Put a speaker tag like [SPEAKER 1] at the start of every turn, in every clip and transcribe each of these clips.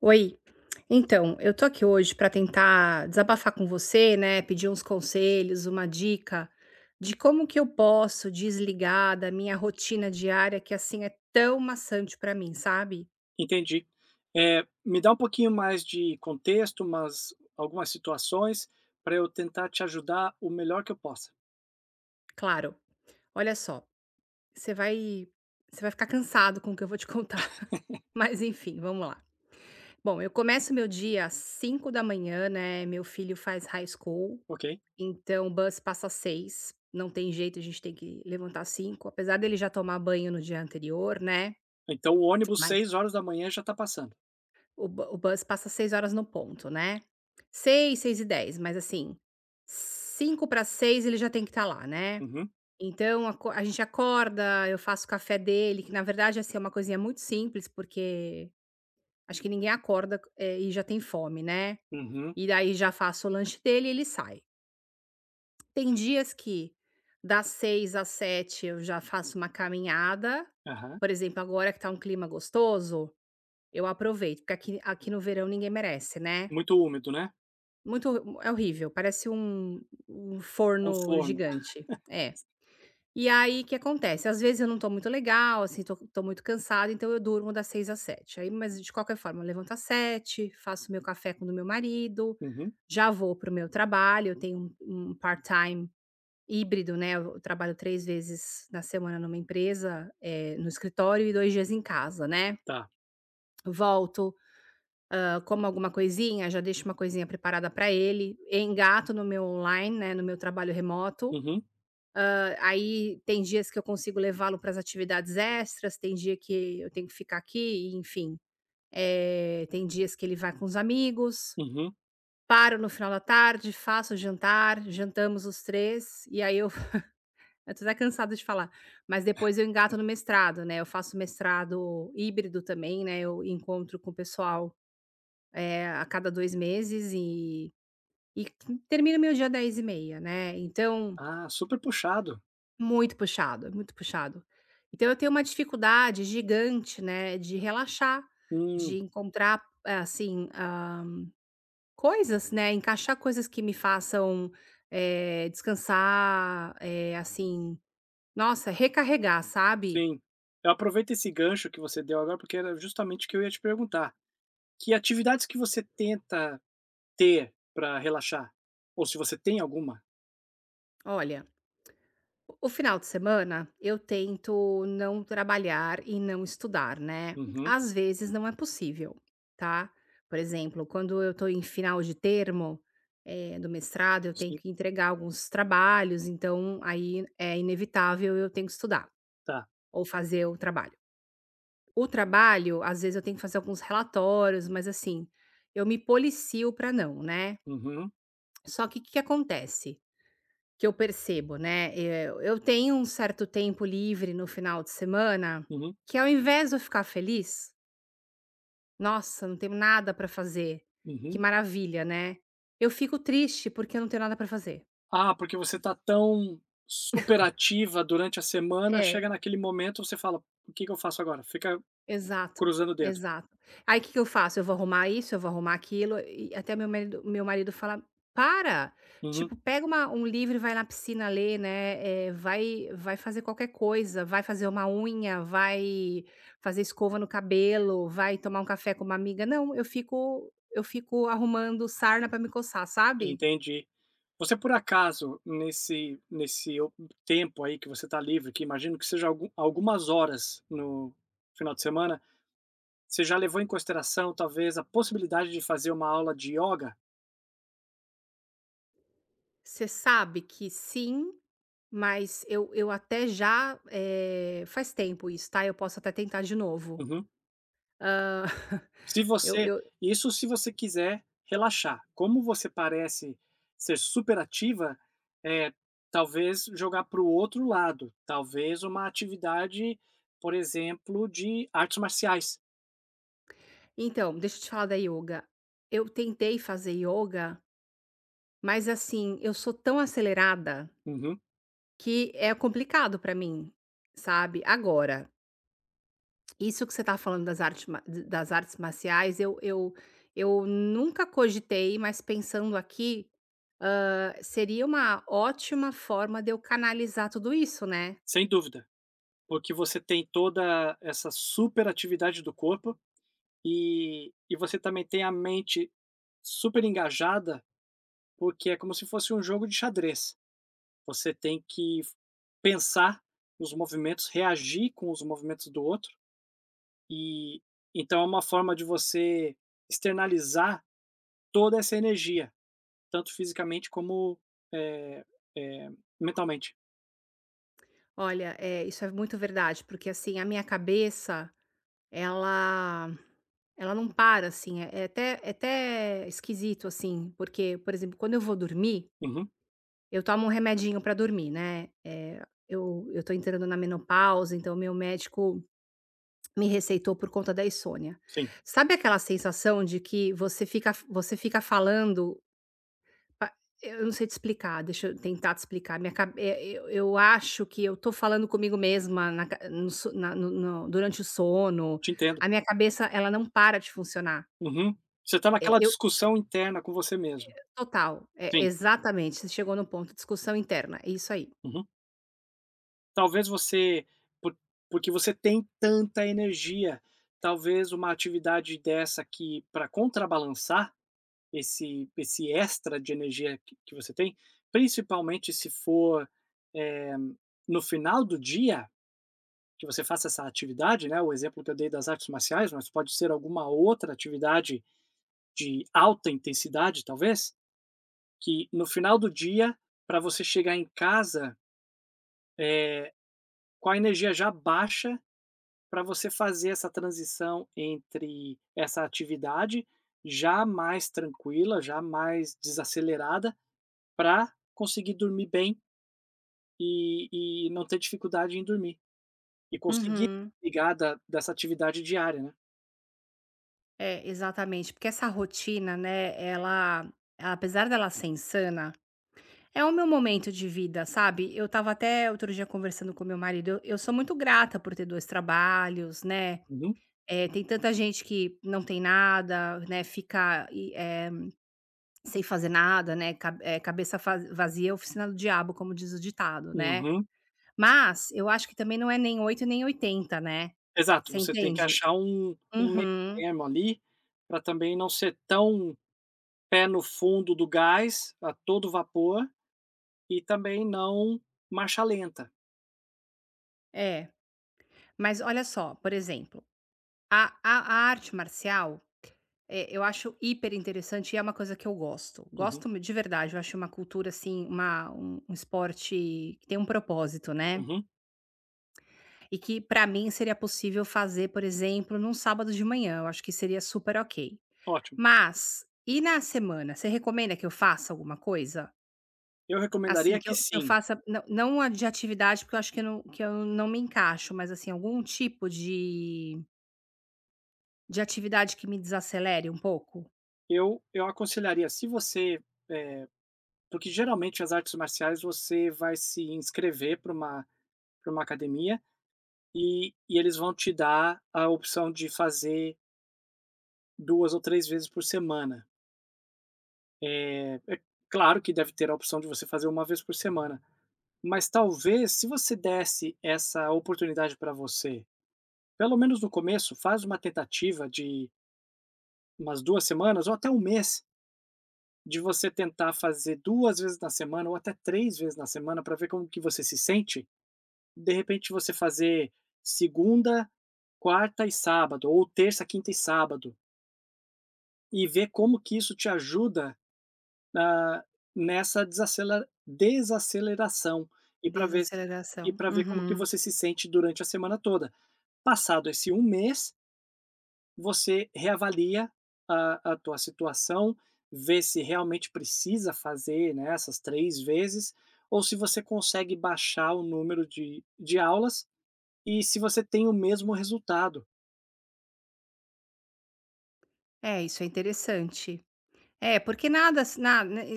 [SPEAKER 1] Oi. Então, eu tô aqui hoje para tentar desabafar com você, né, pedir uns conselhos, uma dica de como que eu posso desligar da minha rotina diária que, assim, é tão maçante para mim, sabe.
[SPEAKER 2] Entendi. Me dá um pouquinho mais de contexto, mas algumas situações para eu tentar te ajudar o melhor que eu possa,
[SPEAKER 1] Claro, olha só, você vai você vai ficar cansado com o que eu vou te contar, mas enfim, vamos lá. Bom, eu começo meu dia às 5 da manhã, né, meu filho faz high school.
[SPEAKER 2] ok?
[SPEAKER 1] Então o bus passa 18h, não tem jeito, a gente tem que levantar cinco, apesar dele já tomar banho no dia anterior, né,
[SPEAKER 2] Então o ônibus
[SPEAKER 1] mas
[SPEAKER 2] seis horas da manhã já está passando.
[SPEAKER 1] o bus passa 6 horas no ponto, né. Seis, seis e dez, mas assim, cinco para seis ele já tem que estar lá, né.
[SPEAKER 2] Uhum,
[SPEAKER 1] Então aco a gente acorda, eu faço o café dele, que na verdade, assim, é uma coisinha muito simples, porque acho que ninguém acorda, e já tem fome, né.
[SPEAKER 2] uhum,
[SPEAKER 1] E daí já faço o lanche dele e ele sai. Tem dias que das 6 às 7 eu já faço uma caminhada,
[SPEAKER 2] aham.
[SPEAKER 1] por exemplo, agora que tá um clima gostoso, eu aproveito, porque aqui no verão ninguém merece, né.
[SPEAKER 2] Muito úmido, né?
[SPEAKER 1] Muito é horrível, parece um
[SPEAKER 2] Um
[SPEAKER 1] forno
[SPEAKER 2] forno.
[SPEAKER 1] gigante. É. E aí o que acontece, às vezes eu não tô muito legal, assim, tô muito cansada, então eu durmo das 6 às 7. Aí mas de qualquer forma eu levanto às 7, faço meu café com o do meu marido,
[SPEAKER 2] Uhum,
[SPEAKER 1] já vou para o meu trabalho, eu tenho um part-time híbrido, né, eu trabalho 3 vezes na semana numa empresa, no escritório e 2 dias em casa, né.
[SPEAKER 2] tá.
[SPEAKER 1] Volto, como alguma coisinha, já deixo uma coisinha preparada para ele, engato no meu online, né, no meu trabalho remoto.
[SPEAKER 2] Uhum,
[SPEAKER 1] Aí tem dias que eu consigo levá-lo para as atividades extras, tem dia que eu tenho que ficar aqui e enfim. Tem dias que ele vai com os amigos,
[SPEAKER 2] uhum.
[SPEAKER 1] paro no final da tarde, faço o jantar, jantamos os 3 e aí eu tô até cansada de falar, mas depois eu engato no mestrado, né, eu faço mestrado híbrido também, né, eu encontro com o pessoal, a cada 2 meses e termino meu dia 22h30, né, então
[SPEAKER 2] Ah, super puxado.
[SPEAKER 1] muito puxado, é muito puxado. Então eu tenho uma dificuldade gigante, né, de relaxar, de
[SPEAKER 2] Hum,
[SPEAKER 1] encontrar, coisas, né, encaixar coisas que me façam, descansar, assim, nossa, recarregar, sabe.
[SPEAKER 2] sim. Eu aproveito esse gancho que você deu agora porque era justamente o que eu ia te perguntar. Que atividades que você tenta ter para relaxar? Ou se você tem alguma?
[SPEAKER 1] Olha, o final de semana eu tento não trabalhar e não estudar, né?
[SPEAKER 2] Uhum.
[SPEAKER 1] Às vezes não é possível, tá? Por exemplo, quando eu tô em final de termo, do mestrado, eu tenho
[SPEAKER 2] Sim,
[SPEAKER 1] que entregar alguns trabalhos, então aí é inevitável, eu tenho que estudar
[SPEAKER 2] tá.
[SPEAKER 1] ou fazer o trabalho. O trabalho, às vezes eu tenho que fazer alguns relatórios, mas assim, eu me policio para não, né?
[SPEAKER 2] Uhum,
[SPEAKER 1] Só que o que que acontece? Que eu percebo, né, eu tenho um certo tempo livre no final de semana,
[SPEAKER 2] uhum,
[SPEAKER 1] que ao invés de eu ficar feliz, "Nossa, não tenho nada pra fazer, que
[SPEAKER 2] uhum.
[SPEAKER 1] maravilha, né", eu fico triste porque eu não tenho nada pra fazer.
[SPEAKER 2] Ah, porque você está tão superativa durante a semana,
[SPEAKER 1] É.
[SPEAKER 2] chega naquele momento, você fala: "O que que eu faço agora?" Fica
[SPEAKER 1] Exato,
[SPEAKER 2] cruzando o dedo.
[SPEAKER 1] exato. Aí o que que eu faço? Eu vou arrumar isso, eu vou arrumar aquilo, e até meu marido fala: "Para,
[SPEAKER 2] Uhum,
[SPEAKER 1] tipo, pega uma um livro e vai na piscina ler, né, vai fazer qualquer coisa, vai fazer uma unha, vai fazer escova no cabelo, vai tomar um café com uma amiga". Não, eu fico arrumando sarna para me coçar, sabe.
[SPEAKER 2] entendi. Você por acaso, nesse o tempo aí que você está livre, que imagino que seja algu algumas horas no final de semana, você já levou em consideração, talvez, a possibilidade de fazer uma aula de yoga.
[SPEAKER 1] Você sabe que sim, mas eu até já, faz tempo isso, tá, eu posso até tentar de novo.
[SPEAKER 2] Uhum.
[SPEAKER 1] Hã,
[SPEAKER 2] Se você
[SPEAKER 1] eu
[SPEAKER 2] isso se você quiser relaxar. Como você parece ser super ativa, é, talvez jogar para o outro lado, talvez uma atividade, por exemplo, de artes marciais.
[SPEAKER 1] então, deixa eu te falar da yoga. Eu tentei fazer yoga, mas assim, eu sou tão acelerada
[SPEAKER 2] Uhum,
[SPEAKER 1] que é complicado pra mim, sabe. Agora, isso que você tá falando das artes, ma d das artes marciais, eu nunca cogitei, mas pensando aqui, seria uma ótima forma de eu canalizar tudo isso, né.
[SPEAKER 2] sem dúvida, porque você tem toda essa super atividade do corpo e você também tem a mente super engajada, porque é como se fosse um jogo de xadrez. Você tem que pensar nos movimentos, reagir com os movimentos do outro e então é uma forma de você externalizar toda essa energia, tanto fisicamente como eh, eh, mentalmente.
[SPEAKER 1] Olha, isso é muito verdade, porque assim, a minha cabeça, Ela ela não para, assim, é até esquisito, assim, porque, por exemplo, quando eu vou dormir,
[SPEAKER 2] Uhum,
[SPEAKER 1] eu tomo um remedinho para dormir, né, eu tô entrando na menopausa, então meu médico me receitou por conta da insônia.
[SPEAKER 2] sim,
[SPEAKER 1] Sabe aquela sensação de que você fica falando, ah, eu não sei te explicar, deixa eu tentar te explicar. Minha cabe eh, eu acho que eu tô falando comigo mesma na ca no so na no no durante o sono,
[SPEAKER 2] te entendo.
[SPEAKER 1] a minha cabeça ela não para de funcionar.
[SPEAKER 2] Uhum. Você está
[SPEAKER 1] É,
[SPEAKER 2] naquela
[SPEAKER 1] eu
[SPEAKER 2] discussão interna com você mesmo.
[SPEAKER 1] total, é,
[SPEAKER 2] Sim.
[SPEAKER 1] exatamente, você chegou no ponto, discussão interna, é isso aí.
[SPEAKER 2] Uhum. Talvez você, por- porque você tem tanta energia, talvez uma atividade dessa, que para contrabalançar esse extra de energia que você tem, principalmente se for, eh, no final do dia, que você faça essa atividade, né, o exemplo que eu dei das artes marciais, mas pode ser alguma outra atividade de alta intensidade talvez, que no final do dia, para você chegar em casa, eh, com a energia já baixa, para você fazer essa transição entre essa atividade já mais tranquila, já mais desacelerada, para conseguir dormir bem e não ter dificuldade em dormir, e conseguir
[SPEAKER 1] Uhum.
[SPEAKER 2] desligar da dessa atividade diária, né.
[SPEAKER 1] É, exatamente, porque essa rotina, né, ela apesar dela ser insana, é o meu momento de vida, sabe. Eu estava até outro dia conversando com meu marido, eu sou muito grata por ter 2 trabalhos, né.
[SPEAKER 2] Uhum,
[SPEAKER 1] É, tem tanta gente que não tem nada, né, fica e, sem fazer nada, né, ca eh, cabeça fa vazia é oficina do diabo, como diz o ditado, né.
[SPEAKER 2] uhum.
[SPEAKER 1] Mas eu acho que também não é nem 8 nem 80, né.
[SPEAKER 2] Exato,
[SPEAKER 1] Você
[SPEAKER 2] você tem que
[SPEAKER 1] entende?
[SPEAKER 2] achar um um meio
[SPEAKER 1] Uhum.
[SPEAKER 2] termo ali, para também não ser tão pé no fundo do gás, a todo vapor, e também não marcha lenta.
[SPEAKER 1] É. Mas olha só, por exemplo, a arte marcial, eu acho hiper interessante e é uma coisa que eu gosto.
[SPEAKER 2] Uhum,
[SPEAKER 1] Gosto de verdade, eu acho uma cultura, assim, uma um um esporte que tem um propósito, né.
[SPEAKER 2] uhum,
[SPEAKER 1] E que para mim seria possível fazer, por exemplo, num sábado de manhã, eu acho que seria super ok.
[SPEAKER 2] ótimo.
[SPEAKER 1] Mas, e na semana, você recomenda que eu faça alguma coisa?
[SPEAKER 2] Eu
[SPEAKER 1] Assim,
[SPEAKER 2] recomendaria
[SPEAKER 1] que eu
[SPEAKER 2] que
[SPEAKER 1] eu
[SPEAKER 2] sim,
[SPEAKER 1] faça, não não a de atividade, porque eu acho que eu não me encaixo, mas assim, algum tipo de atividade que me desacelere um pouco?
[SPEAKER 2] eu aconselharia se você, eh, porque geralmente as artes marciais você vai se inscrever para uma academia e eles vão te dar a opção de fazer duas ou três vezes por semana. É, é claro que deve ter a opção de você fazer uma vez por semana, mas talvez se você desse essa oportunidade para você, pelo menos no começo, faz uma tentativa de umas duas semanas ou até um mês, de você tentar fazer duas vezes na semana ou até três vezes na semana, para ver como que você se sente. De repente você fazer segunda, quarta e sábado, ou terça, quinta e sábado, e ver como que isso te ajuda na nessa desacela desaceleração e para ver se e
[SPEAKER 1] Desaceleração.
[SPEAKER 2] para ver como que
[SPEAKER 1] Uhum.
[SPEAKER 2] você se sente durante a semana toda. Passado esse um mês, você reavalia a tua situação, vê se realmente precisa fazer, né, essas 3 vezes, ou se você consegue baixar o número de aulas. E se você tem o mesmo resultado.
[SPEAKER 1] É, isso é interessante. É, porque nada s né,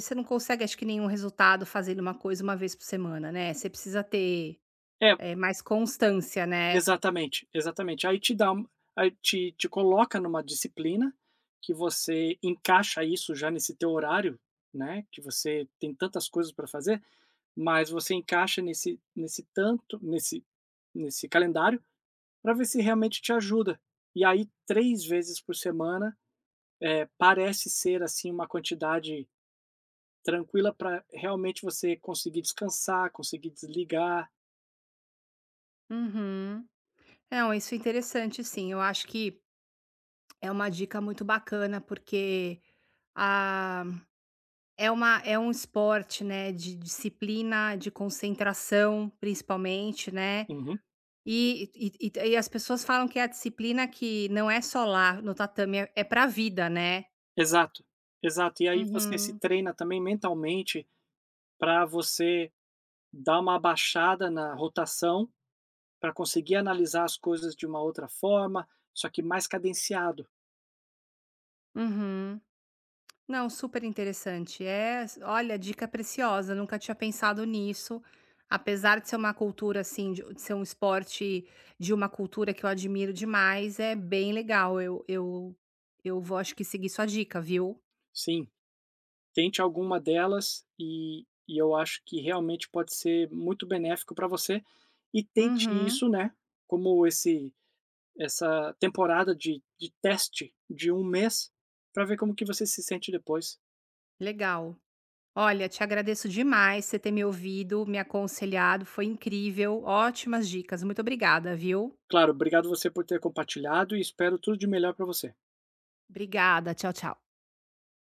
[SPEAKER 1] você não consegue, acho que nenhum resultado fazendo uma coisa uma vez por semana, né, você precisa ter.
[SPEAKER 2] É,
[SPEAKER 1] É, mais constância, né.
[SPEAKER 2] exatamente, exatamente. Aí te dá um, aí te te coloca numa disciplina, que você encaixa isso já nesse teu horário, né, que você tem tantas coisas para fazer, mas você encaixa nesse tanto nesse calendário, para ver se realmente te ajuda. E aí 3 vezes por semana, parece ser, assim, uma quantidade tranquila para realmente você conseguir descansar, conseguir desligar.
[SPEAKER 1] Uhum. Não, isso é interessante sim, eu acho que é uma dica muito bacana, porque, a é uma é um esporte, né, de disciplina, de concentração, principalmente, né,
[SPEAKER 2] Uhum.
[SPEAKER 1] e as pessoas falam que é a disciplina que não é só lá no tatame, é pra vida, né.
[SPEAKER 2] Exato, exato. E aí você se
[SPEAKER 1] Uhum,
[SPEAKER 2] treina também mentalmente para você dar uma abaixada na rotação, para conseguir analisar as coisas de uma outra forma, só que mais cadenciado.
[SPEAKER 1] uhum. Não, super interessante. É, olha, dica preciosa. Nunca tinha pensado nisso. Apesar de ser uma cultura assim, de ser um esporte de uma cultura que eu admiro demais, é bem legal. Eu vou, acho que seguir sua dica, viu?
[SPEAKER 2] Sim, tente alguma delas e eu acho que realmente pode ser muito benéfico para você e tente
[SPEAKER 1] Uhum,
[SPEAKER 2] isso, né, como esse essa temporada de teste de um mês, para ver como que você se sente depois.
[SPEAKER 1] legal. Olha, te agradeço demais você ter me ouvido, me aconselhado. Foi incrível. Ótimas dicas. Muito obrigada, viu?
[SPEAKER 2] Claro, obrigado você por ter compartilhado e espero tudo de melhor para você.
[SPEAKER 1] Obrigada. Tchau, tchau.